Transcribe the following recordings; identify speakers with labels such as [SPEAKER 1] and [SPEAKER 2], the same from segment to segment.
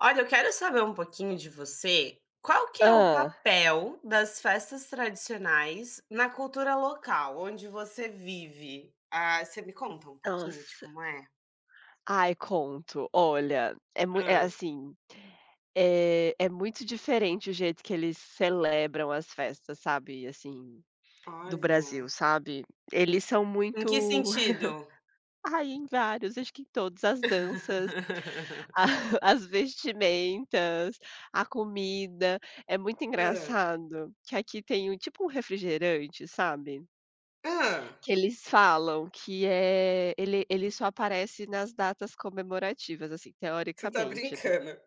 [SPEAKER 1] Olha, eu quero saber um pouquinho de você. Qual que é o
[SPEAKER 2] Hã.
[SPEAKER 1] papel das festas tradicionais na cultura local, onde você vive? Ah, você me conta um pouquinho de
[SPEAKER 2] Nossa.
[SPEAKER 1] como é?
[SPEAKER 2] Ai, conto. Olha, é mui
[SPEAKER 1] Hã.
[SPEAKER 2] é assim, é muito diferente o jeito que eles celebram as festas, sabe, assim, do
[SPEAKER 1] Olha.
[SPEAKER 2] Brasil, sabe. Eles são
[SPEAKER 1] Em que
[SPEAKER 2] muito
[SPEAKER 1] sentido?
[SPEAKER 2] ai, em vários, acho que em todas as danças, a as vestimentas, a comida. É muito
[SPEAKER 1] Ah,
[SPEAKER 2] engraçado que aqui tem um tipo um refrigerante, sabe.
[SPEAKER 1] Hã.
[SPEAKER 2] Que eles falam que é ele só aparece nas datas comemorativas, assim,
[SPEAKER 1] Você tá
[SPEAKER 2] teoricamente, né.
[SPEAKER 1] brincando.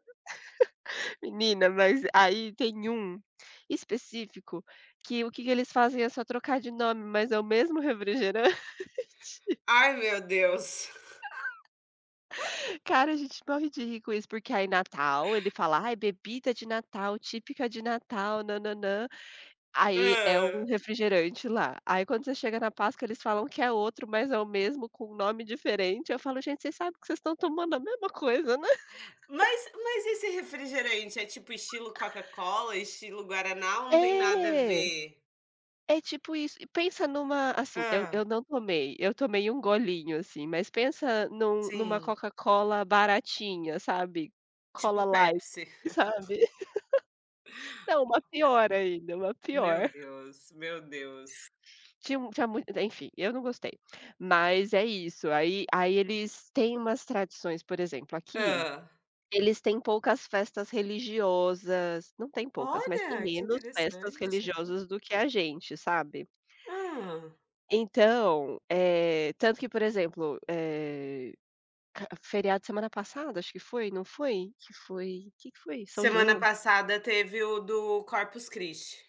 [SPEAKER 2] Menina, mas aí tem um específico que o que que eles fazem é só trocar de nome, mas é o mesmo refrigerante.
[SPEAKER 1] Ai, meu Deus.
[SPEAKER 2] Cara, a gente morre de rir com isso, porque aí Natal, ele fala: "Ai, bebida de Natal, típica de Natal, nananã". Aí é um
[SPEAKER 1] Hã.
[SPEAKER 2] refrigerante lá. Aí quando você chega na Páscoa, eles falam que é outro, mas é o mesmo com um nome diferente. Eu falo: "Gente, vocês sabem que vocês estão tomando a mesma coisa, né?"
[SPEAKER 1] Mas esse refrigerante é tipo estilo Coca-Cola, estilo Guaraná ou não tem nada a
[SPEAKER 2] É,
[SPEAKER 1] ver?
[SPEAKER 2] é tipo isso. E pensa numa assim, eu
[SPEAKER 1] Ah,
[SPEAKER 2] eu não tomei, eu tomei um golinho, assim, mas pensa numa
[SPEAKER 1] sim.
[SPEAKER 2] Coca-Cola baratinha, sabe,
[SPEAKER 1] Tipo
[SPEAKER 2] Cola Light,
[SPEAKER 1] Pepsi.
[SPEAKER 2] sabe. Não, uma pior ainda, uma
[SPEAKER 1] Meu
[SPEAKER 2] pior.
[SPEAKER 1] Deus, meu Deus.
[SPEAKER 2] Tinha um tinha muito Enfim, eu não gostei. Mas é isso, aí eles têm umas tradições, por exemplo, aqui,
[SPEAKER 1] Hã.
[SPEAKER 2] eles têm poucas festas religiosas, não tem poucas, mas tem
[SPEAKER 1] Olha, que
[SPEAKER 2] menos festas
[SPEAKER 1] interessante.
[SPEAKER 2] religiosas do que a gente, sabe.
[SPEAKER 1] Hã.
[SPEAKER 2] Então, tanto que, por exemplo, eh, ca feriado semana passada, acho que foi, não foi? Que foi, que foi? São
[SPEAKER 1] Semana
[SPEAKER 2] João?
[SPEAKER 1] passada teve o do Corpus Christi.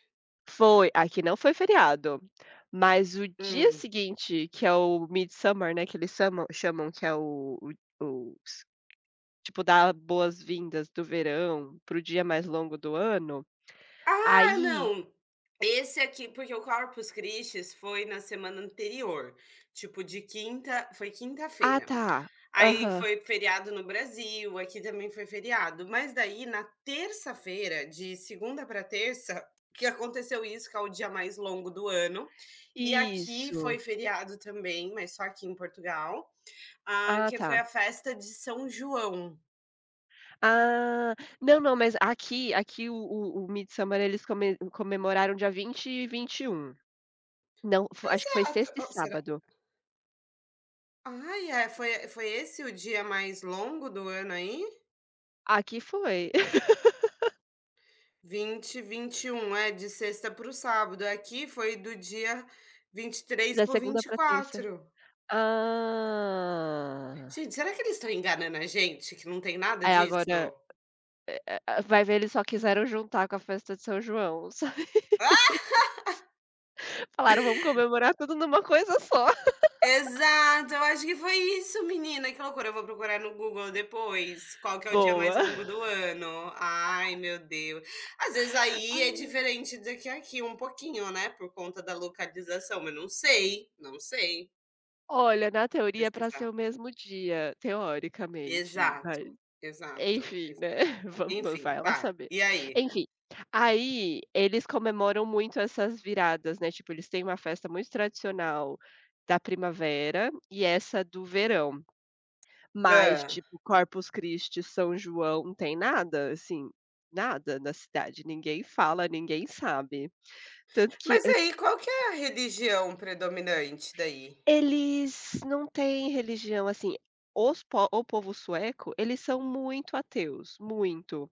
[SPEAKER 2] Foi, aqui não foi feriado, mas o dia
[SPEAKER 1] Hum.
[SPEAKER 2] seguinte, que é o Midsummer, né, que eles chamam que é o o s tipo, dá boas-vindas do verão para o dia mais longo do ano,
[SPEAKER 1] Ah,
[SPEAKER 2] aí
[SPEAKER 1] não, esse aqui porque o Corpus Christi foi na semana anterior, tipo de quinta foi
[SPEAKER 2] ah,
[SPEAKER 1] quinta-feira.
[SPEAKER 2] tá.
[SPEAKER 1] Aí
[SPEAKER 2] Aham.
[SPEAKER 1] foi feriado no Brasil, aqui também foi feriado, mas daí na terça-feira, de segunda para terça, que aconteceu isso, que é o dia mais longo do ano, e aqui foi
[SPEAKER 2] Isso.
[SPEAKER 1] feriado também, mas só aqui em Portugal, ah,
[SPEAKER 2] Ah,
[SPEAKER 1] que foi
[SPEAKER 2] tá.
[SPEAKER 1] a festa de São João.
[SPEAKER 2] Ah, não, não, mas aqui o Midsummer eles comemoraram dia 20 e 21. Não, fo acho que foi
[SPEAKER 1] Exato.
[SPEAKER 2] sexta e
[SPEAKER 1] Oh, será?
[SPEAKER 2] sábado.
[SPEAKER 1] Ai, é, foi esse o dia mais longo do ano aí?
[SPEAKER 2] Aqui foi,
[SPEAKER 1] 20, 21 é de sexta para o sábado. Aqui foi do dia 23
[SPEAKER 2] da
[SPEAKER 1] para
[SPEAKER 2] segunda
[SPEAKER 1] o
[SPEAKER 2] pra terça.
[SPEAKER 1] 4.
[SPEAKER 2] Ah.
[SPEAKER 1] Gente, será que eles estão enganando a gente, que não tem nada
[SPEAKER 2] Aí
[SPEAKER 1] disso?
[SPEAKER 2] agora, vai ver eles só quiseram juntar com a festa de São João, sabe.
[SPEAKER 1] Ah!
[SPEAKER 2] Falaram: "Vamos comemorar tudo numa coisa só".
[SPEAKER 1] Exato, eu acho que foi isso, menina, que loucura. Eu vou procurar no Google depois, qual que é o dia mais
[SPEAKER 2] Boa.
[SPEAKER 1] longo do ano. Ai, meu Deus. Às vezes aí é diferente do que aqui, um pouquinho, né, por conta da localização, mas não sei, não sei.
[SPEAKER 2] Olha, na
[SPEAKER 1] Vou
[SPEAKER 2] teoria é pra
[SPEAKER 1] pesquisar.
[SPEAKER 2] ser o mesmo dia, teoricamente,
[SPEAKER 1] Exato,
[SPEAKER 2] mas
[SPEAKER 1] exato,
[SPEAKER 2] enfim,
[SPEAKER 1] exa
[SPEAKER 2] né, vamos
[SPEAKER 1] enfim,
[SPEAKER 2] vai lá
[SPEAKER 1] vai.
[SPEAKER 2] saber.
[SPEAKER 1] E aí?
[SPEAKER 2] Enfim, aí eles comemoram muito essas viradas, né, tipo, eles têm uma festa muito tradicional da primavera e essa do verão, mas,
[SPEAKER 1] Hã.
[SPEAKER 2] tipo, Corpus Christi, São João, não tem nada, assim, nada na cidade, ninguém fala, ninguém sabe. Tanto que
[SPEAKER 1] Mas
[SPEAKER 2] eh,
[SPEAKER 1] aí, qual que é a religião predominante daí?
[SPEAKER 2] Eles não têm religião, assim, os po o povo sueco, eles são muito ateus, muito.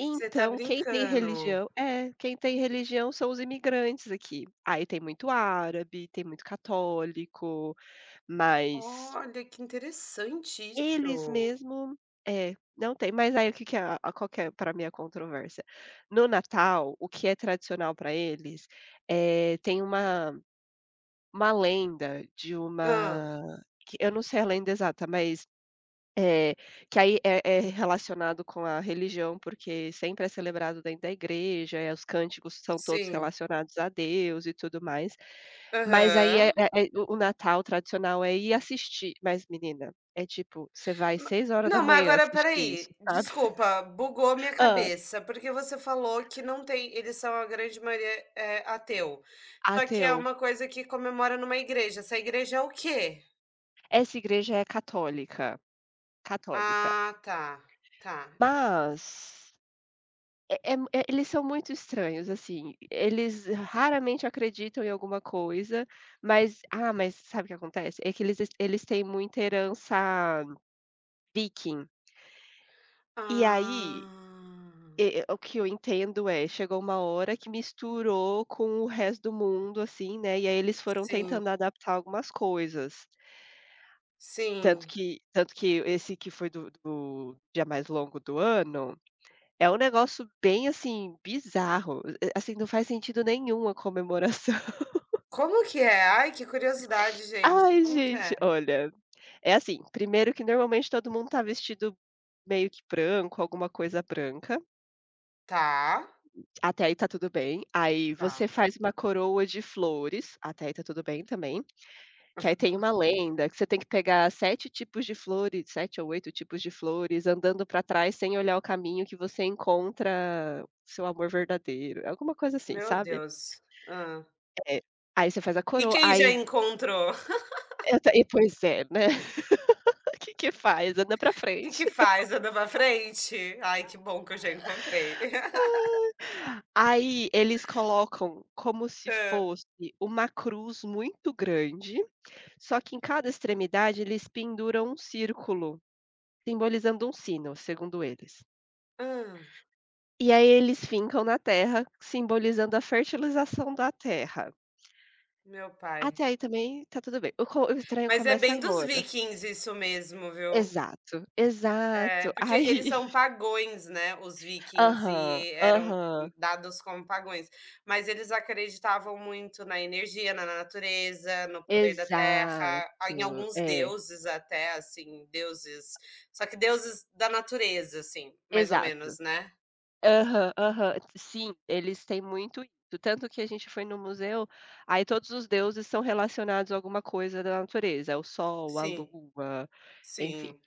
[SPEAKER 1] Você tá brincando.
[SPEAKER 2] quem tem religião são os imigrantes aqui. Aí tem muito árabe, tem muito católico, mas
[SPEAKER 1] Olha, que interessante
[SPEAKER 2] eles
[SPEAKER 1] isso.
[SPEAKER 2] mesmo é, não tem. Mas aí o que que é a qual que é pra mim a controvérsia? No Natal, o que é tradicional pra eles, tem uma lenda de
[SPEAKER 1] Ah,
[SPEAKER 2] uma que eu não sei a lenda exata, mas, eh, que aí é relacionado com a religião, porque sempre é celebrado dentro da igreja, os cânticos são todos
[SPEAKER 1] sim.
[SPEAKER 2] relacionados a Deus e tudo mais. Mas aí é
[SPEAKER 1] Aham.
[SPEAKER 2] é é o Natal tradicional é ir assistir, mas menina, é tipo, você vai
[SPEAKER 1] Ma
[SPEAKER 2] seis horas da
[SPEAKER 1] Não, mas
[SPEAKER 2] manhã
[SPEAKER 1] agora espera
[SPEAKER 2] assistir isso,
[SPEAKER 1] aí,
[SPEAKER 2] sabe.
[SPEAKER 1] desculpa, bugou minha
[SPEAKER 2] Hã.
[SPEAKER 1] cabeça, porque você falou que não tem eles são a grande maioria, ateu. Só que é
[SPEAKER 2] Ateu.
[SPEAKER 1] uma coisa que comemora numa igreja, essa igreja é o quê?
[SPEAKER 2] Essa igreja é católica, católica,
[SPEAKER 1] Ah, tá, tá.
[SPEAKER 2] mas É é mu é eles são muito estranhos, assim, eles raramente acreditam em alguma coisa, mas ah, mas sabe o que acontece? É que eles têm muita herança viking, e aí,
[SPEAKER 1] Ah,
[SPEAKER 2] o que eu entendo é, chegou uma hora que misturou com o resto do mundo, assim, né, e aí eles foram
[SPEAKER 1] sim,
[SPEAKER 2] tentando adaptar algumas coisas. Tanto
[SPEAKER 1] sim.
[SPEAKER 2] que tanto que esse que foi do dia mais longo do ano, é um negócio bem, assim, bizarro, assim, não faz sentido nenhum a comemoração.
[SPEAKER 1] Como que é? Ai, que curiosidade, gente.
[SPEAKER 2] Ai,
[SPEAKER 1] Como que
[SPEAKER 2] gente,
[SPEAKER 1] é?
[SPEAKER 2] olha, é assim, primeiro que normalmente todo mundo tá vestido meio que branco, alguma coisa branca,
[SPEAKER 1] Tá,
[SPEAKER 2] até aí tá tudo bem. Aí
[SPEAKER 1] tá.
[SPEAKER 2] você faz uma coroa de flores, até aí tá tudo bem também, que aí tem uma lenda que você tem que pegar 7 tipos de flores, 7 ou 8 tipos de flores, andando pra trás sem olhar o caminho que você encontra seu amor verdadeiro, alguma coisa assim,
[SPEAKER 1] Meu
[SPEAKER 2] sabe?
[SPEAKER 1] Deus. Hã.
[SPEAKER 2] É, aí você faz a
[SPEAKER 1] E
[SPEAKER 2] coroa,
[SPEAKER 1] quem já
[SPEAKER 2] aí
[SPEAKER 1] encontrou?
[SPEAKER 2] eu ta e pois é, né, que faz? Anda pra
[SPEAKER 1] O que
[SPEAKER 2] frente.
[SPEAKER 1] que faz? Anda pra frente? Ai, que bom que eu já encontrei.
[SPEAKER 2] Aí eles colocam como se
[SPEAKER 1] Hã.
[SPEAKER 2] fosse uma cruz muito grande, só que em cada extremidade eles penduram um círculo, simbolizando um sino, segundo eles.
[SPEAKER 1] Hã,
[SPEAKER 2] E aí eles fincam na terra, simbolizando a fertilização da terra.
[SPEAKER 1] meu pai.
[SPEAKER 2] Até aí também tá tudo bem. O estranho
[SPEAKER 1] Mas é
[SPEAKER 2] começa
[SPEAKER 1] bem dos
[SPEAKER 2] agora.
[SPEAKER 1] vikings isso mesmo, viu?
[SPEAKER 2] Exato,
[SPEAKER 1] É,
[SPEAKER 2] exato.
[SPEAKER 1] porque eles
[SPEAKER 2] Aí
[SPEAKER 1] são pagões, né, os vikings,
[SPEAKER 2] aham,
[SPEAKER 1] e eram
[SPEAKER 2] aham.
[SPEAKER 1] dados como pagões, mas eles acreditavam muito na energia, na natureza, no poder da
[SPEAKER 2] Exato,
[SPEAKER 1] terra, a em alguns
[SPEAKER 2] é,
[SPEAKER 1] deuses até, assim, deuses só que deuses da natureza, assim, mais ou menos,
[SPEAKER 2] exato.
[SPEAKER 1] né.
[SPEAKER 2] Aham, aham. Sim, eles têm muito isso. Tanto que a gente foi no museu, aí todos os deuses são relacionados a alguma coisa da natureza, o sol, a
[SPEAKER 1] Sim,
[SPEAKER 2] lua, enfim.
[SPEAKER 1] sim.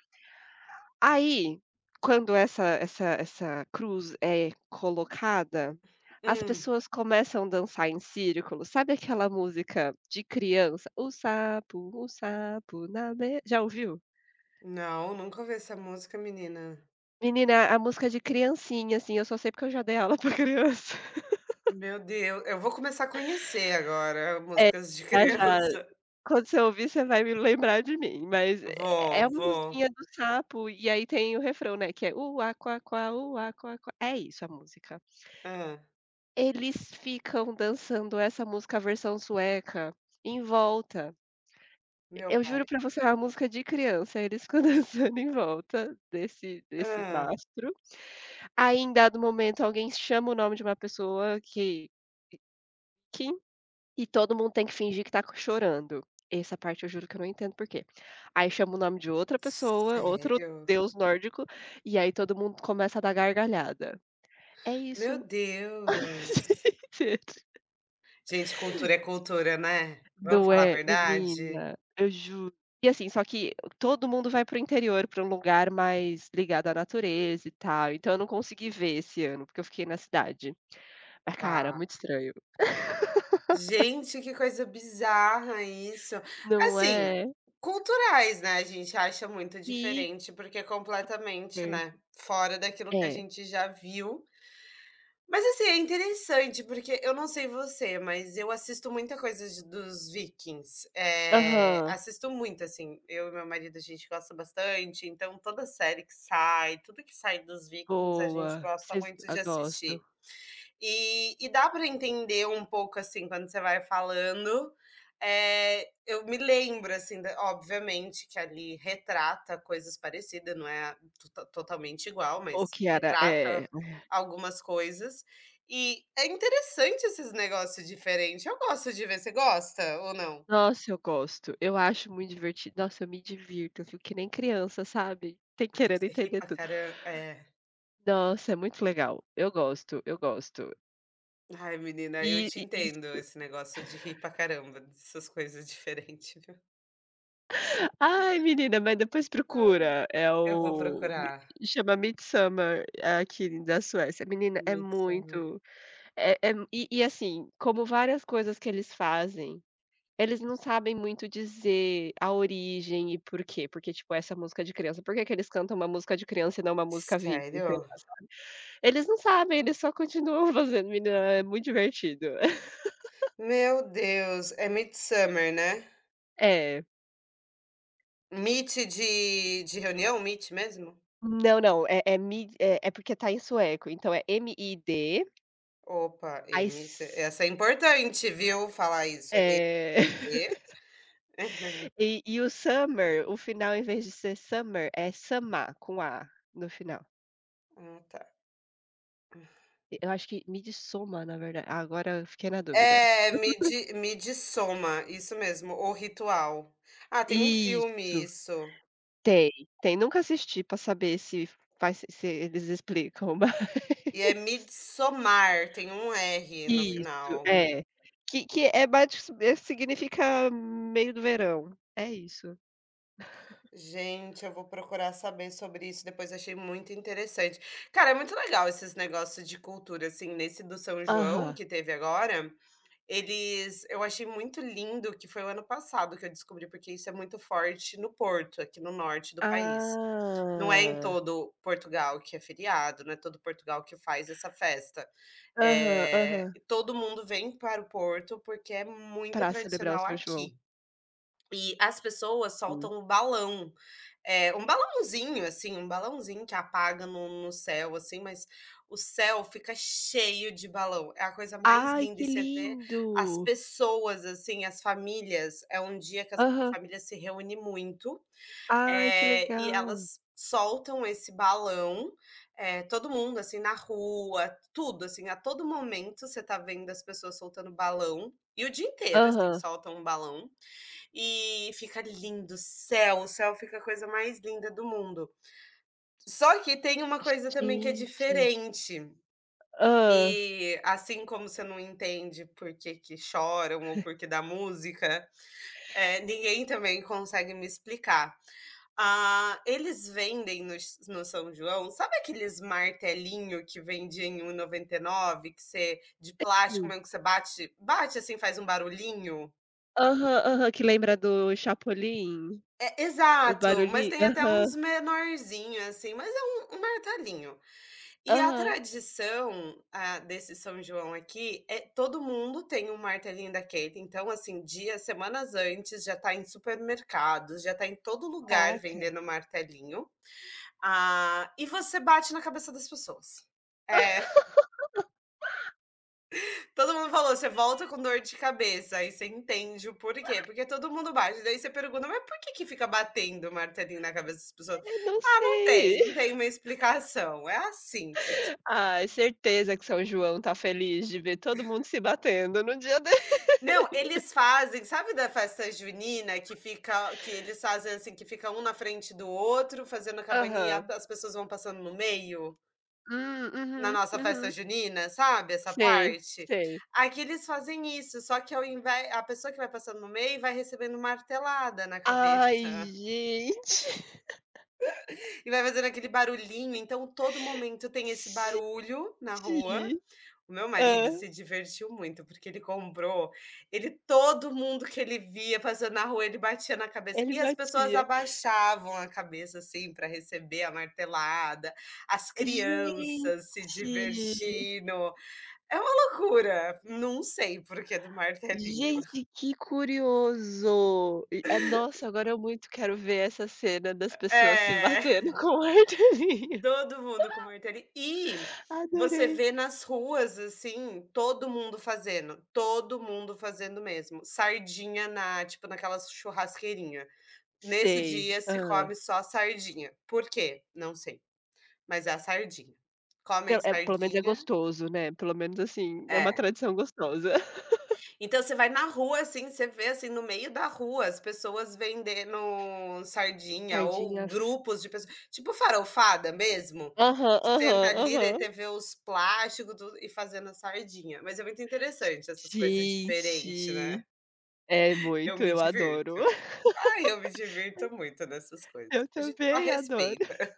[SPEAKER 2] Aí, quando essa cruz é colocada, as
[SPEAKER 1] Hum.
[SPEAKER 2] pessoas começam a dançar em círculo. Sabe aquela música de criança? O sapo na be já ouviu?
[SPEAKER 1] Não, nunca ouvi essa música, menina.
[SPEAKER 2] Menina, a música de criancinha, assim, eu só sei porque eu já dei aula pra criança.
[SPEAKER 1] Meu Deus, eu vou começar a conhecer agora
[SPEAKER 2] É, já
[SPEAKER 1] músicas de
[SPEAKER 2] já.
[SPEAKER 1] criança.
[SPEAKER 2] Quando você ouvir, você vai me lembrar de mim, mas é
[SPEAKER 1] Vou,
[SPEAKER 2] é uma
[SPEAKER 1] vou.
[SPEAKER 2] musiquinha do sapo, e aí tem o refrão, né, que é: "Uá, quá, quá, uá, quá, quá". É isso a música.
[SPEAKER 1] Hã,
[SPEAKER 2] Eles ficam dançando essa música versão sueca em volta.
[SPEAKER 1] meu
[SPEAKER 2] Eu
[SPEAKER 1] pai.
[SPEAKER 2] juro pra você, é uma música de criança, eles ficam dançando em volta desse
[SPEAKER 1] Ah,
[SPEAKER 2] mastro. Aí, em dado momento, alguém chama o nome de uma pessoa que E todo mundo tem que fingir que tá co chorando. Essa parte eu juro que eu não entendo por quê. Aí chama o nome de outra pessoa, outro
[SPEAKER 1] Sério?
[SPEAKER 2] deus nórdico, e aí todo mundo começa a dar gargalhada. É
[SPEAKER 1] Meu
[SPEAKER 2] isso.
[SPEAKER 1] Deus. Gente, cultura é cultura, né? Vamos
[SPEAKER 2] Não
[SPEAKER 1] falar a
[SPEAKER 2] é,
[SPEAKER 1] verdade?
[SPEAKER 2] menina, eu juro. E assim, só que todo mundo vai para o interior, para um lugar mais ligado à natureza e tal, então eu não consegui ver esse ano, porque eu fiquei na cidade. Mas cara,
[SPEAKER 1] Tá.
[SPEAKER 2] muito estranho.
[SPEAKER 1] Gente, que coisa bizarra isso.
[SPEAKER 2] Não
[SPEAKER 1] Assim,
[SPEAKER 2] é?
[SPEAKER 1] culturais, né, a gente acha muito
[SPEAKER 2] Hiper.
[SPEAKER 1] diferente, porque é completamente, né, fora daquilo que a
[SPEAKER 2] É.
[SPEAKER 1] gente já viu. Mas, assim, é interessante, porque eu não sei você, mas eu assisto muita coisa de dos Vikings,
[SPEAKER 2] Aham.
[SPEAKER 1] assisto muito, assim, eu e meu marido a gente gosta bastante, então toda série que sai, tudo que sai dos Vikings a gente
[SPEAKER 2] Boa,
[SPEAKER 1] gosta
[SPEAKER 2] vocês
[SPEAKER 1] muito
[SPEAKER 2] a
[SPEAKER 1] de
[SPEAKER 2] gostam.
[SPEAKER 1] assistir. E dá para entender um pouco, assim, quando você vai falando. Eu me lembro, assim, da obviamente que ali retrata coisas parecidas, não é totalmente igual,
[SPEAKER 2] Ou
[SPEAKER 1] mas
[SPEAKER 2] Kiara
[SPEAKER 1] retrata
[SPEAKER 2] é.
[SPEAKER 1] algumas coisas. E é interessante esses negócios diferentes. Eu gosto de ver. Você gosta ou não?
[SPEAKER 2] Nossa, eu gosto, eu acho muito divertido. Nossa, eu me divirto, eu fico que nem criança, sabe, tem
[SPEAKER 1] Ai,
[SPEAKER 2] querendo
[SPEAKER 1] você ri
[SPEAKER 2] entender
[SPEAKER 1] pra
[SPEAKER 2] tudo.
[SPEAKER 1] caram é.
[SPEAKER 2] Nossa, é muito legal, eu gosto, eu gosto.
[SPEAKER 1] Ai, menina,
[SPEAKER 2] E
[SPEAKER 1] eu te
[SPEAKER 2] e e
[SPEAKER 1] entendo, esse negócio de rir pra caramba dessas coisas diferentes. Viu.
[SPEAKER 2] ai, menina, mas depois
[SPEAKER 1] Ah,
[SPEAKER 2] procura, é
[SPEAKER 1] eu vou
[SPEAKER 2] o mi
[SPEAKER 1] procurar.
[SPEAKER 2] chama Midsommar, aqui da Suécia. Menina, é
[SPEAKER 1] Midsummer.
[SPEAKER 2] muito assim, como várias coisas que eles fazem. Eles não sabem muito dizer a origem e por quê, porque, tipo, essa música de criança, por que que eles cantam uma música de criança e não uma música viking, sei
[SPEAKER 1] Sério?
[SPEAKER 2] lá, sabe. Eles não sabem, eles só continuam fazendo, menina, é muito divertido.
[SPEAKER 1] Meu Deus, é Midsummer, né?
[SPEAKER 2] É.
[SPEAKER 1] Meet de reunião? Meet mesmo?
[SPEAKER 2] Não, não, é é mid é é porque tá em sueco, então é MID,
[SPEAKER 1] Opa,
[SPEAKER 2] aí s
[SPEAKER 1] M você essa é importante, viu, falar isso.
[SPEAKER 2] é.
[SPEAKER 1] E
[SPEAKER 2] E o summer, o final em vez de ser summer, é samá, com A no final.
[SPEAKER 1] Ah, tá.
[SPEAKER 2] Eu acho que midsommar, na verdade, agora eu fiquei na dúvida.
[SPEAKER 1] É, Midi Midsommar, isso mesmo, O Ritual. Ah, tem um filme
[SPEAKER 2] Isso.
[SPEAKER 1] isso.
[SPEAKER 2] Tem, tem. Nunca assisti pra saber se faz se eles explicam,
[SPEAKER 1] E é
[SPEAKER 2] mas
[SPEAKER 1] Midsommar, tem um R no
[SPEAKER 2] isso,
[SPEAKER 1] final.
[SPEAKER 2] é. Que é basi eh, significa meio do verão, é isso.
[SPEAKER 1] Gente, eu vou procurar saber sobre isso depois, achei muito interessante. Cara, é muito legal esses negócios de cultura, assim, nesse do São João
[SPEAKER 2] Aham.
[SPEAKER 1] que teve agora, eles eu achei muito lindo que foi o ano passado que eu descobri, porque isso é muito forte no Porto, aqui no norte do país. Não é em
[SPEAKER 2] Ah.
[SPEAKER 1] todo Portugal que é feriado, não é todo Portugal que faz essa festa.
[SPEAKER 2] Aham,
[SPEAKER 1] É
[SPEAKER 2] aham.
[SPEAKER 1] e todo mundo vem para o Porto, porque é muito
[SPEAKER 2] Pra celebrar o
[SPEAKER 1] tradicional
[SPEAKER 2] São João.
[SPEAKER 1] aqui. E as pessoas soltam
[SPEAKER 2] Hum.
[SPEAKER 1] o balão é, um balãozinho, assim, um balãozinho que apaga no céu, assim, mas o céu fica cheio de balão, é a coisa mais
[SPEAKER 2] Ai,
[SPEAKER 1] linda
[SPEAKER 2] que
[SPEAKER 1] e você vê as
[SPEAKER 2] lindo!
[SPEAKER 1] pessoas, assim, as famílias, é um dia que as
[SPEAKER 2] Aham.
[SPEAKER 1] a família se reúne muito,
[SPEAKER 2] Ai, que
[SPEAKER 1] e
[SPEAKER 2] legal.
[SPEAKER 1] elas soltam esse balão, todo mundo, assim, na rua, tudo, assim, a todo momento você tá vendo as pessoas soltando balão, e o dia inteiro, assim,
[SPEAKER 2] Aham.
[SPEAKER 1] soltam um balão. E fica lindo o céu fica a coisa mais linda do mundo. Só que tem uma coisa também que é
[SPEAKER 2] Gente.
[SPEAKER 1] diferente,
[SPEAKER 2] Hã.
[SPEAKER 1] e assim como você não entende por que que choram ou por que dá música, ninguém também consegue me explicar. Ah, eles vendem no São João, sabe aqueles martelinho que vendia em 1,99 que você de plástico
[SPEAKER 2] Hum.
[SPEAKER 1] mesmo que você bate bate assim, faz um barulhinho?
[SPEAKER 2] Aham, aham. Que lembra do Chapolin, o
[SPEAKER 1] Exato, mas
[SPEAKER 2] barulhinho.
[SPEAKER 1] tem até
[SPEAKER 2] Aham.
[SPEAKER 1] uns menorzinhos assim, mas é um martelinho. E a
[SPEAKER 2] Aham.
[SPEAKER 1] tradição, ah, desse São João aqui é todo mundo tem um martelinho daquele, então, assim, dias semanas antes já tá em supermercados, já tá em todo lugar
[SPEAKER 2] Caraca.
[SPEAKER 1] vendendo martelinho. Ah, e você bate na cabeça das pessoas. É. Todo mundo falou: "Você volta com dor de cabeça", aí você entende o porquê, porque todo mundo bate, daí você pergunta: "Mas por que que fica batendo o martelinho na cabeça das pessoas?".
[SPEAKER 2] Eu não
[SPEAKER 1] "Ah, não tem,
[SPEAKER 2] sei.
[SPEAKER 1] não tem uma explicação, é assim".
[SPEAKER 2] Ai, certeza que São João tá feliz de ver todo mundo se batendo no dia dele.
[SPEAKER 1] Não, eles fazem sabe da festa junina que fica que eles fazem assim, que fica um na frente do outro fazendo a cabaninha,
[SPEAKER 2] Aham.
[SPEAKER 1] as pessoas vão passando no meio? Na
[SPEAKER 2] Uhum,
[SPEAKER 1] nossa festa
[SPEAKER 2] uhum.
[SPEAKER 1] junina, sabe, essa
[SPEAKER 2] Sei,
[SPEAKER 1] parte?
[SPEAKER 2] sei.
[SPEAKER 1] Aqui eles fazem isso, só que ao invés a pessoa que vai passando no meio vai recebendo martelada na
[SPEAKER 2] Ai,
[SPEAKER 1] cabeça
[SPEAKER 2] gente.
[SPEAKER 1] e vai fazendo aquele barulhinho, então todo momento tem esse barulho na rua.
[SPEAKER 2] Gente.
[SPEAKER 1] O meu marido
[SPEAKER 2] Hã.
[SPEAKER 1] se divertiu muito, porque ele comprou ele todo mundo que ele via passando na rua, ele batia na cabeça
[SPEAKER 2] Ele
[SPEAKER 1] e as pessoas
[SPEAKER 2] batia.
[SPEAKER 1] abaixavam a cabeça, assim, para receber a martelada, as
[SPEAKER 2] Gente.
[SPEAKER 1] crianças se divertindo. É uma loucura. Não sei porque é do martelinho.
[SPEAKER 2] Gente, que curioso! E nossa, agora eu muito quero ver essa cena das pessoas se
[SPEAKER 1] É,
[SPEAKER 2] batendo com artezinha.
[SPEAKER 1] todo mundo com martelinho. E você
[SPEAKER 2] Adorei.
[SPEAKER 1] vê nas ruas, assim, todo mundo fazendo. Todo mundo fazendo mesmo. Sardinha na, tipo, naquela churrasqueirinha. Nesse
[SPEAKER 2] Sei.
[SPEAKER 1] dia se
[SPEAKER 2] Hã.
[SPEAKER 1] come só sardinha. Por quê? Não sei, mas é a sardinha. Comem
[SPEAKER 2] Pelo menos é
[SPEAKER 1] sardinha.
[SPEAKER 2] gostoso, né, pelo menos, assim, é uma
[SPEAKER 1] É.
[SPEAKER 2] tradição gostosa.
[SPEAKER 1] Então você vai na rua, assim, você vê, assim, no meio da rua as pessoas vendendo sardinha ou
[SPEAKER 2] Sardinha fri
[SPEAKER 1] grupos de pessoas tipo farofada mesmo,
[SPEAKER 2] Aham,
[SPEAKER 1] senta
[SPEAKER 2] aham,
[SPEAKER 1] ali, daí
[SPEAKER 2] aham.
[SPEAKER 1] você vê os plásticos tudo e fazendo a sardinha. Mas é muito interessante essas coisas diferentes, né.
[SPEAKER 2] Gente, é
[SPEAKER 1] Eu
[SPEAKER 2] muito,
[SPEAKER 1] me
[SPEAKER 2] eu adoro.
[SPEAKER 1] divirto. Ah, eu me divirto muito nessas coisas.
[SPEAKER 2] Eu
[SPEAKER 1] A gente só
[SPEAKER 2] também adoro.
[SPEAKER 1] respeita.